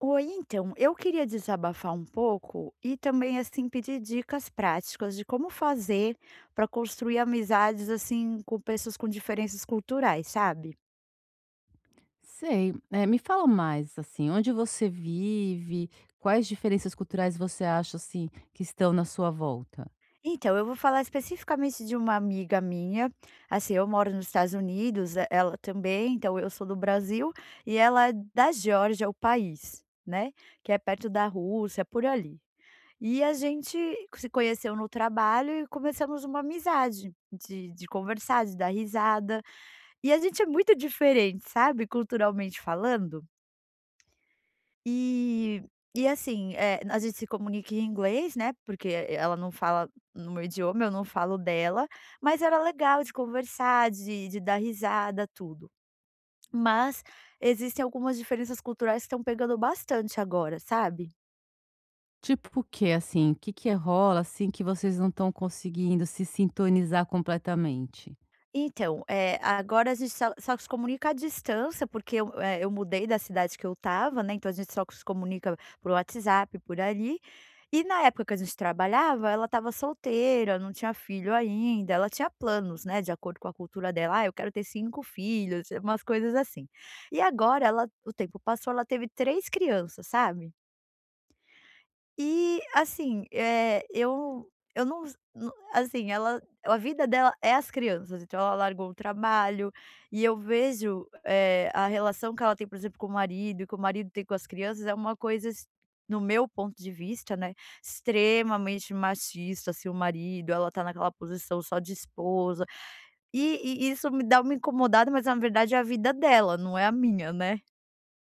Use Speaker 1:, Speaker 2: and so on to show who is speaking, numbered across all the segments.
Speaker 1: Oi, então, eu queria desabafar um pouco e também assim pedir dicas práticas de como fazer para construir amizades assim com pessoas com diferenças culturais, sabe?
Speaker 2: Sei. Me fala mais, assim, onde você vive, quais diferenças culturais você acha, assim, que estão na sua volta?
Speaker 1: Então, eu vou falar especificamente de uma amiga minha, assim, eu moro nos Estados Unidos, e ela também, então eu sou do Brasil, e ela é da Geórgia, o país, né, que é perto da Rússia, por ali. E a gente se conheceu no trabalho e começamos uma amizade, de conversar, de dar risada, e a gente é muito diferente, sabe, culturalmente falando. E e assim, a gente se comunica em inglês, né, porque ela não fala no meu idioma, eu não falo dela, mas era legal de conversar, de dar risada, tudo. Mas existem algumas diferenças culturais que estão pegando bastante agora, sabe?
Speaker 2: Tipo o quê, assim? O Que que rola, assim, que vocês não estão conseguindo se sintonizar completamente?
Speaker 1: Então, agora a gente só se comunica à distância, porque eu mudei da cidade que eu estava, né, então a gente só se comunica por WhatsApp, por ali. E na época que a gente trabalhava, ela estava solteira, não tinha filho ainda, ela tinha planos, né, de acordo com a cultura dela: "Ah, eu quero ter 5 filhos", umas coisas assim. E agora ela o tempo passou, ela teve 3 crianças, sabe? E assim, eu não s assim, ela a vida dela é as crianças, então ela largou o trabalho, e eu vejo, a relação que ela tem, por exemplo, com o marido e que o marido tem com as crianças é uma coisa ex no meu ponto de vista, né, extremamente machista, assim, o marido, ela tá naquela posição só de esposa, e isso me dá uma incomodada, mas na verdade é a vida dela, não é a minha, né.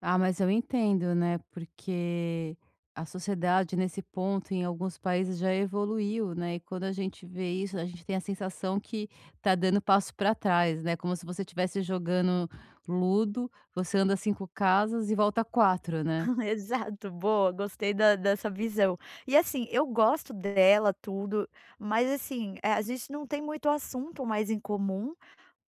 Speaker 2: Ah, mas eu entendo, né, porque a sociedade nesse ponto em alguns países já evoluiu, né, e quando a gente vê isso, a gente tem a sensação que tá dando passo para trás, né, como se você estivesse jogando ludo, você anda 5 casas e volta 4, né.
Speaker 1: Exato, boa, gostei da dessa visão. E assim, eu gosto dela, tudo, mas assim, a gente não tem muito assunto mais em comum,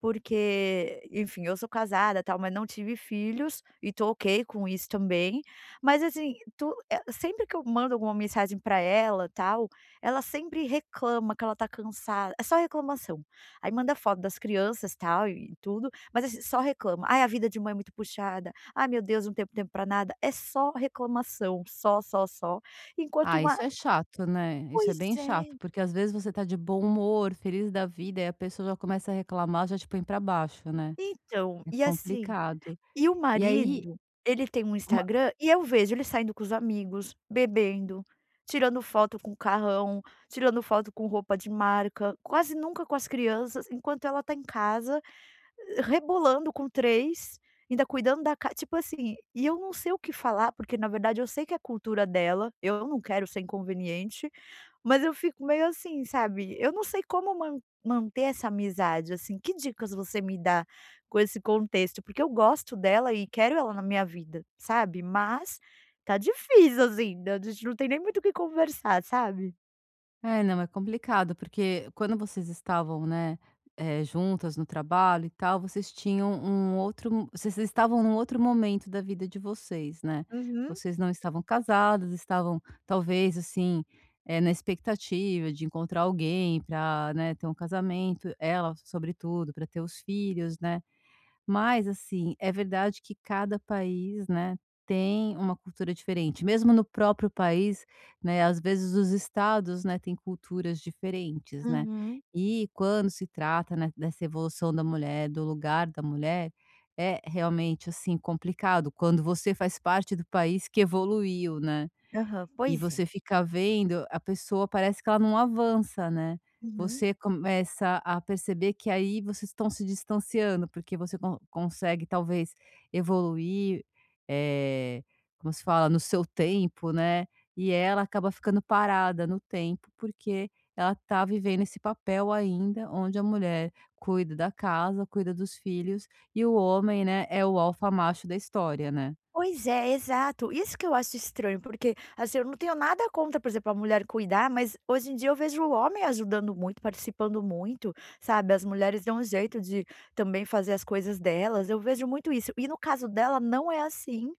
Speaker 1: porque, enfim, eu sou casada, tal, mas não tive filhos e tô ok com isso também. Mas assim, sempre que eu mando alguma mensagem pra ela, tal, ela sempre reclama que ela tá cansada, é só reclamação. Aí manda foto das crianças, tal, e tudo, mas assim, só reclama. "Ai, a vida de mãe é muito puxada. Ai, meu Deus, não tenho tempo pra nada". É só reclamação, só, só, só. Enquanto
Speaker 2: Ah,
Speaker 1: uma
Speaker 2: isso é chato, né, isso é
Speaker 1: Pois
Speaker 2: bem
Speaker 1: é,
Speaker 2: chato, porque às vezes você tá de bom humor, feliz da vida, e a pessoa já começa a reclamar, já te põe para baixo, né.
Speaker 1: então,
Speaker 2: É
Speaker 1: e assim.
Speaker 2: complicado.
Speaker 1: E o
Speaker 2: E aí
Speaker 1: marido, ele tem um Instagram e eu vejo ele saindo com os amigos, bebendo, tirando foto com carrão, tirando foto com roupa de marca, quase nunca com as crianças, enquanto ela tá em casa, rebolando com três, ainda cuidando da ca tipo assim, e eu não sei o que falar, porque na verdade eu sei que é a cultura dela, eu não quero ser inconveniente, mas eu fico meio assim, sabe, eu não sei como manter essa amizade, assim, que dicas você me dá com esse contexto? Porque eu gosto dela e quero ela na minha vida, sabe, mas tá difícil, assim, né? A gente não tem nem muito o que conversar, sabe?
Speaker 2: é, não, é complicado, porque quando vocês estavam, né, juntas no trabalho e tal, vocês tinham um outro mo vocês estavam num outro momento da vida de vocês, né.
Speaker 1: Uhum,
Speaker 2: Vocês não estavam casadas, estavam talvez, assim, na expectativa de encontrar alguém para, né, ter um casamento, ela sobretudo, para ter os filhos, né. Mas, assim, é verdade que cada país, né, tem uma cultura diferente. Mesmo no próprio país, né, às vezes os estados, né, têm culturas diferentes, né.
Speaker 1: uhum.
Speaker 2: E quando se trata, né, dessa evolução da mulher, do lugar da mulher, é realmente, assim, complicado quando você faz parte do país que evoluiu, né.
Speaker 1: Aham,
Speaker 2: E
Speaker 1: pois é.
Speaker 2: você fica vendo, a pessoa parece que ela não avança, né.
Speaker 1: Uhum.
Speaker 2: Você começa a perceber que aí vocês estão se distanciando, porque você consegue talvez evoluir, eh, como se fala, no seu tempo, né, e ela acaba ficando parada no tempo, porque ela tá vivendo esse papel ainda, onde a mulher cuida da casa, cuida dos filhos, e o homem, né, é o alfa macho da história, né.
Speaker 1: Pois é, exato. Isso que eu acho estranho, porque, assim, eu não tenho nada contra, por exemplo, a mulher cuidar, mas hoje em dia eu vejo o homem ajudando muito, participando muito, sabe? As mulheres dão um jeito de também fazer as coisas delas. Eu vejo muito isso. E no caso dela, não é assim.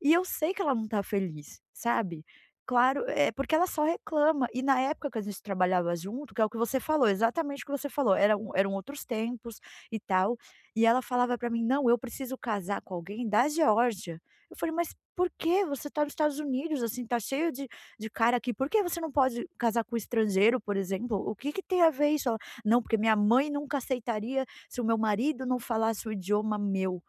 Speaker 1: E eu sei que ela não tá feliz, sabe? Claro, é porque ela só reclama. E na época que a gente trabalhava junto, que é o que você falou, exatamente o que você falou, eram outros tempos e tal. E ela falava pra mim: não, eu preciso casar com alguém da Geórgia. Eu falei: "Mas por que Você tá nos Estados Unidos, assim, tá cheio de cara aqui, por que você não pode casar com um estrangeiro, por exemplo? O que que tem a ver isso?" Ela: "Não, porque minha mãe nunca aceitaria se o meu marido não falasse o idioma meu."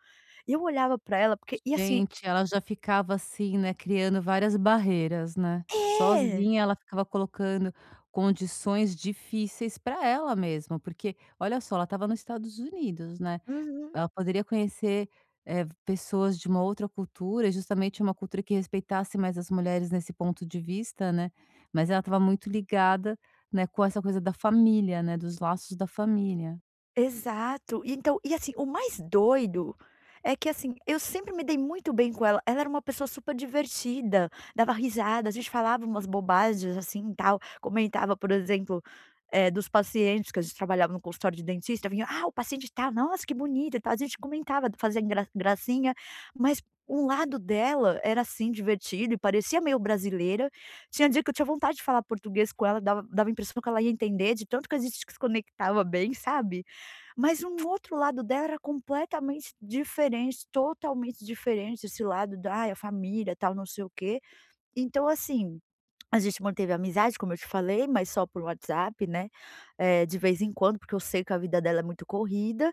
Speaker 1: E eu olhava pra ela, porque e assim.
Speaker 2: Gente, ela já ficava assim, né, criando várias barreiras, né.
Speaker 1: É!
Speaker 2: Sozinha ela ficava colocando condições difíceis para ela mesma, porque olha só, ela estava nos Estados Unidos, né.
Speaker 1: Uhum.
Speaker 2: Ela poderia conhecer, pessoas de uma outra cultura, justamente uma cultura que respeitasse mais as mulheres nesse ponto de vista, né. Mas ela estava muito ligada, né, com essa coisa da família, né, dos laços da família.
Speaker 1: Exato. E então e assim, o mais doido é que, assim, eu sempre me dei muito bem com ela. Ela era uma pessoa super divertida, dava risada, a gente falava umas bobagens, assim, e tal. Comentava, por exemplo, dos pacientes que a gente trabalhava no consultório de dentista, vinha: "Ah, o paciente tal, nossa, que bonito e tal". A gente comentava, fazia gracinha, mas um lado dela era, assim, divertido e parecia meio brasileira. Tinha dia que eu tinha vontade de falar português com ela, dava a impressão que ela ia entender, de tanto que a gente se conectava bem, sabe? Mas um outro lado dela era completamente diferente, totalmente diferente, esse lado da, "Ai, a família, tal, não sei o quê". Então assim, a gente manteve a amizade, como eu te falei, mas só por WhatsApp, né, de vez em quando, porque eu sei que a vida dela é muito corrida.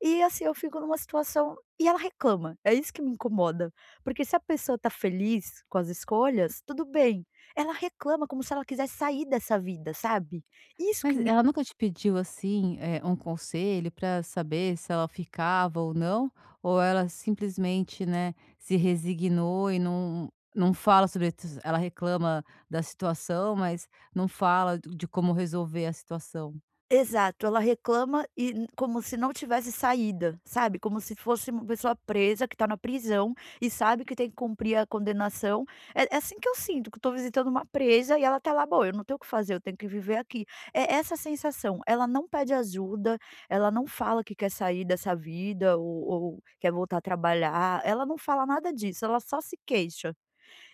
Speaker 1: E assim, eu fico numa situação e ela reclama, é isso que me incomoda. Porque se a pessoa tá feliz com as escolhas, tudo bem. Ela reclama como se ela quisesse sair dessa vida, sabe? Isso
Speaker 2: Mas
Speaker 1: que me
Speaker 2: ela nunca te pediu, assim, um conselho para saber se ela ficava ou não? Ou ela simplesmente, né, se resignou e não fala sobre tus ela reclama da situação, mas não fala d de como resolver a situação?
Speaker 1: Exato, ela reclama e n como se não tivesse saída, sabe, como se fosse uma pessoa presa que tá na prisão e sabe que tem que cumprir a condenação. É assim que eu sinto, que eu tô visitando uma presa e ela tá lá: "Bom, eu não tenho o que fazer, eu tenho que viver aqui". É essa sensação, ela não pede ajuda, ela não fala que quer sair dessa vida ou quer voltar a trabalhar, ela não fala nada disso, ela só se queixa.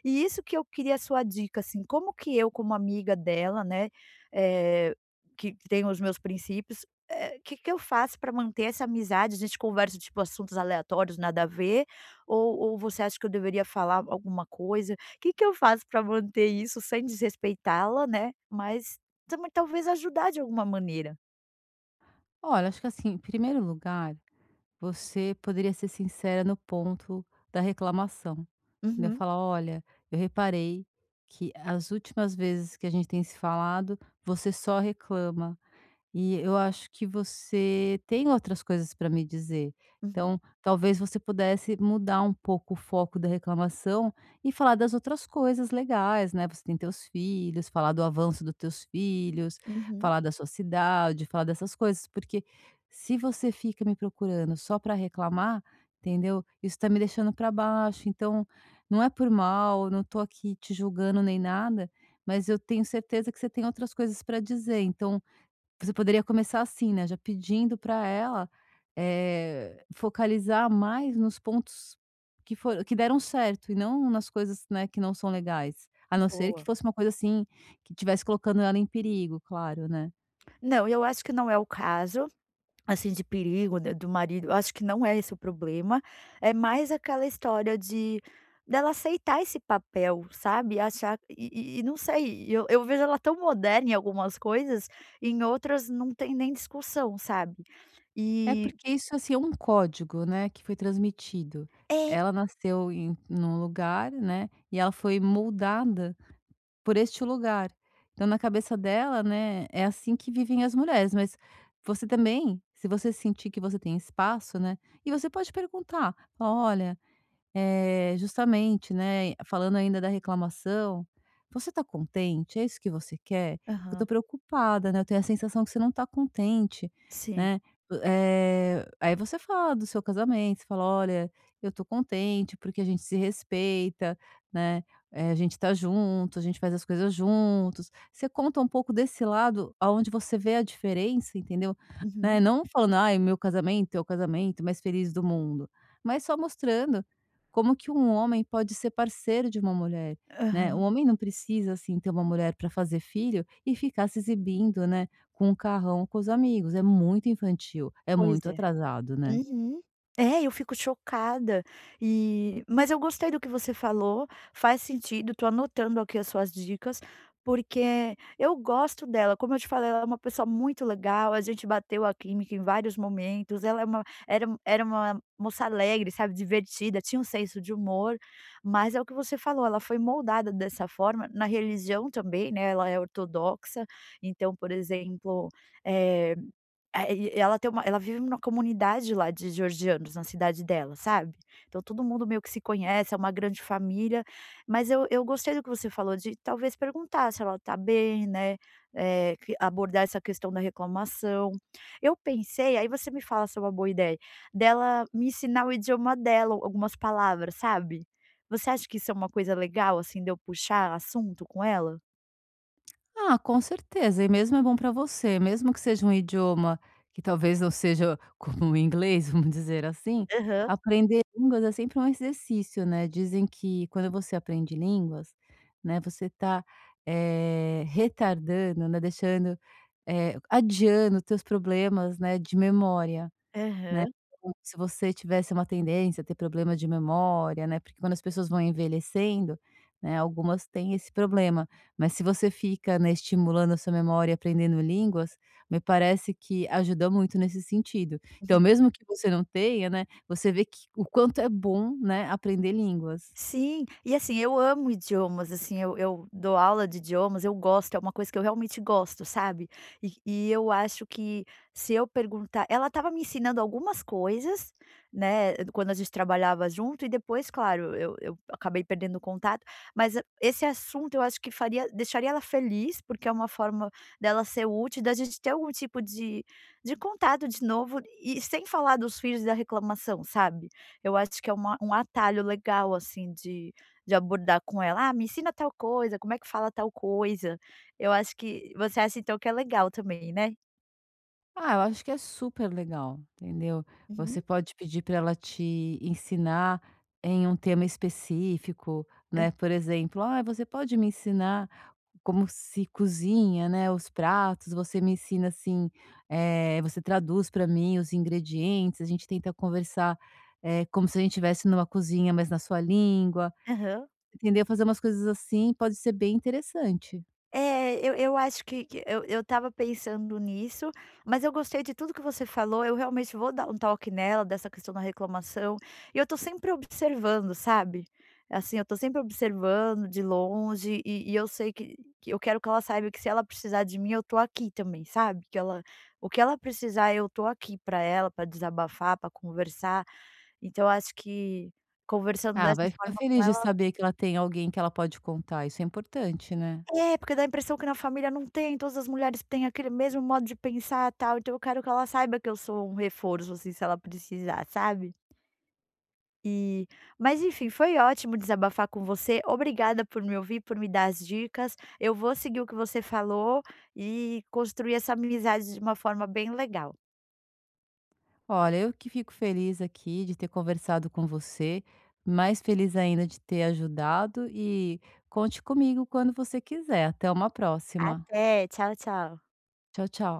Speaker 1: E isso que eu queria a sua dica, assim, como que eu como amiga dela, né, eh, que tenho os meus princípios, que eu faço para manter essa amizade? A gente conversa, tipo, assuntos aleatórios, nada a ver, ou você acha que eu deveria falar alguma coisa? O que que eu faço para manter isso sem desrespeitá-la, né, mas também talvez ajudar de alguma maneira?
Speaker 2: Olha, acho que assim, em primeiro lugar, você poderia ser sincera no ponto da reclamação, entendeu?
Speaker 1: Uhum,
Speaker 2: Falar: "Olha, eu reparei que as últimas vezes que a gente tem se falado, você só reclama. E eu acho que você tem outras coisas para me dizer.
Speaker 1: uhum,
Speaker 2: Então, talvez você pudesse mudar um pouco o foco da reclamação e falar das outras coisas legais, né? Você tem teus filhos, falar do avanço dos teus filhos,
Speaker 1: uhum.
Speaker 2: falar da sua cidade, falar dessas coisas, porque se você fica me procurando só para reclamar, entendeu? Isso tá me deixando para baixo. Então, não é por mal, não tô aqui te julgando nem nada, mas eu tenho certeza que você tem outras coisas para dizer. Então, você poderia começar assim, né, já pedindo para ela, focalizar mais nos pontos que foram que deram certo e não nas coisas, né, que não são legais. A não ser que
Speaker 1: Boa.
Speaker 2: fosse uma coisa, assim, que tivesse colocando ela em perigo, claro, né.
Speaker 1: Não, eu acho que não é o caso. Assim, de perigo, né, do marido, acho que não é esse o problema, é mais aquela história de dela aceitar esse papel, sabe, achar e não sei, eu vejo ela tão moderna em algumas coisas, em outras não tem nem discussão, sabe.
Speaker 2: É
Speaker 1: E
Speaker 2: porque isso, assim, é um código, né, que foi transmitido.
Speaker 1: é.
Speaker 2: Ela nasceu num lugar, né, e ela foi moldada por este lugar. Então na cabeça dela, né, é assim que vivem as mulheres, mas você também, se você sentir que você tem espaço, né, e você pode perguntar: "Olha, justamente, né, falando ainda da reclamação, você tá contente? É isso que você quer? Porque eu tô
Speaker 1: Aham.
Speaker 2: preocupada, né, eu tenho a sensação que você não tá contente",
Speaker 1: Sim.
Speaker 2: né. Aí você fala do seu casamento, você fala: "Olha, eu tô contente porque a gente se respeita, né, a gente tá junto, a gente faz as coisas juntos". Você conta um pouco desse lado aonde você vê a diferença, entendeu?
Speaker 1: Uhum.
Speaker 2: Né, não falando: "Ai, meu casamento é o casamento mais feliz do mundo", mas só mostrando como que um homem pode ser parceiro de uma mulher, né? O
Speaker 1: Aham.
Speaker 2: homem não precisa, assim, ter uma mulher para fazer filho e ficar se exibindo, né, com um carrão com os amigos. É muito infantil, é
Speaker 1: Pois
Speaker 2: muito
Speaker 1: é.
Speaker 2: atrasado, né?
Speaker 1: Uhum. É, eu fico chocada. E mas eu gostei do que você falou, faz sentido, tô anotando aqui as suas dicas, porque eu gosto dela, como eu te falei, ela é uma pessoa muito legal, a gente bateu a química em vários momentos, ela é uma era era uma moça alegre, sabe, divertida, tinha um senso de humor, mas é o que você falou, ela foi moldada dessa forma, na religião também, né, ela é ortodoxa, então, por exemplo, eh é, e ela tem uma ela vive numa comunidade lá de georgianos na cidade dela, sabe. Então todo mundo meio que se conhece, é uma grande família, mas eu gostei do que você falou de talvez perguntar se ela tá bem, né, que abordar essa questão da reclamação. Eu pensei, aí você me fala se é uma boa ideia, dela me ensinar o idioma dela, algumas palavras, sabe. Você acha que isso é uma coisa legal, assim, de eu puxar assunto com ela?
Speaker 2: Ah, com certeza, e mesmo é bom para você, mesmo que seja um idioma que talvez não seja como o inglês, vamos dizer assim,
Speaker 1: Aham,
Speaker 2: aprender línguas é sempre um exercício, né. Dizem que quando você aprende línguas, né, você está retardando, né, deixando, adiando teus problemas, né, de memória. Né,
Speaker 1: aham.
Speaker 2: então se você tivesse uma tendência a ter problema de memória, né, porque quando as pessoas vão envelhecendo, né, algumas têm esse problema, mas se você fica, né, estimulando a sua memória e aprendendo línguas, me parece que ajuda muito nesse sentido. Então mesmo que você não tenha, né, você vê que o quanto é bom, né, aprender línguas.
Speaker 1: Sim, e assim, eu amo idiomas, assim, eu dou aula de idiomas, eu gosto, é uma coisa que eu realmente gosto, sabe. E eu acho que se eu perguntar ela estava me ensinando algumas coisas, né, quando a gente trabalhava junto e depois, claro, eu acabei perdendo o contato, mas esse assunto eu acho que faria deixaria ela feliz, porque é uma forma dela ser útil, da gente ter algum tipo de contato de novo e sem falar dos filhos e da reclamação, sabe. Eu acho que é uma um atalho legal, assim, de abordar com ela: "Ah, me ensina tal coisa, como é que fala tal coisa?". Eu acho que você acha então que é legal também, né?
Speaker 2: Ah, eu acho que é super legal, entendeu.
Speaker 1: Uhum.
Speaker 2: Você pode pedir para ela te ensinar em um tema específico, né, por exemplo: "Ah, você pode me ensinar como se cozinha, né, os pratos, você me ensina assim, você traduz para mim os ingredientes, a gente tenta conversar, como se a gente estivesse numa cozinha, mas na sua língua,
Speaker 1: Aham.
Speaker 2: entendeu? Fazer umas coisas assim pode ser bem interessante.
Speaker 1: É, eu acho que eu estava pensando nisso, mas eu gostei de tudo que você falou, eu realmente vou dar um toque nela, dessa questão da reclamação, e eu estou sempre observando, sabe. Assim, eu estou sempre observando de longe e eu sei que eu quero que ela saiba que se ela precisar de mim eu estou aqui também, sabe. Que ela O que ela precisar eu estou aqui pra ela, pra desabafar, pra conversar, então eu acho que conversando
Speaker 2: Ah, ela
Speaker 1: dessa
Speaker 2: vai ficar
Speaker 1: forma.
Speaker 2: feliz de saber que ela tem alguém que ela pode contar, isso é importante, né.
Speaker 1: É, porque dá a impressão que na família não tem, todas as mulheres têm aquele mesmo modo de pensar, tal, então eu quero que ela saiba que eu sou um reforço, assim, se ela precisar, sabe. E mas enfim, foi ótimo desabafar com você, obrigada por me ouvir, por me dar as dicas, eu vou seguir o que você falou e construir essa amizade de uma forma bem legal.
Speaker 2: Olha, eu que fico feliz aqui de ter conversado com você, mais feliz ainda de ter ajudado e conte comigo quando você quiser. Até uma próxima.
Speaker 1: Até, tchau, tchau.
Speaker 2: Tchau, tchau.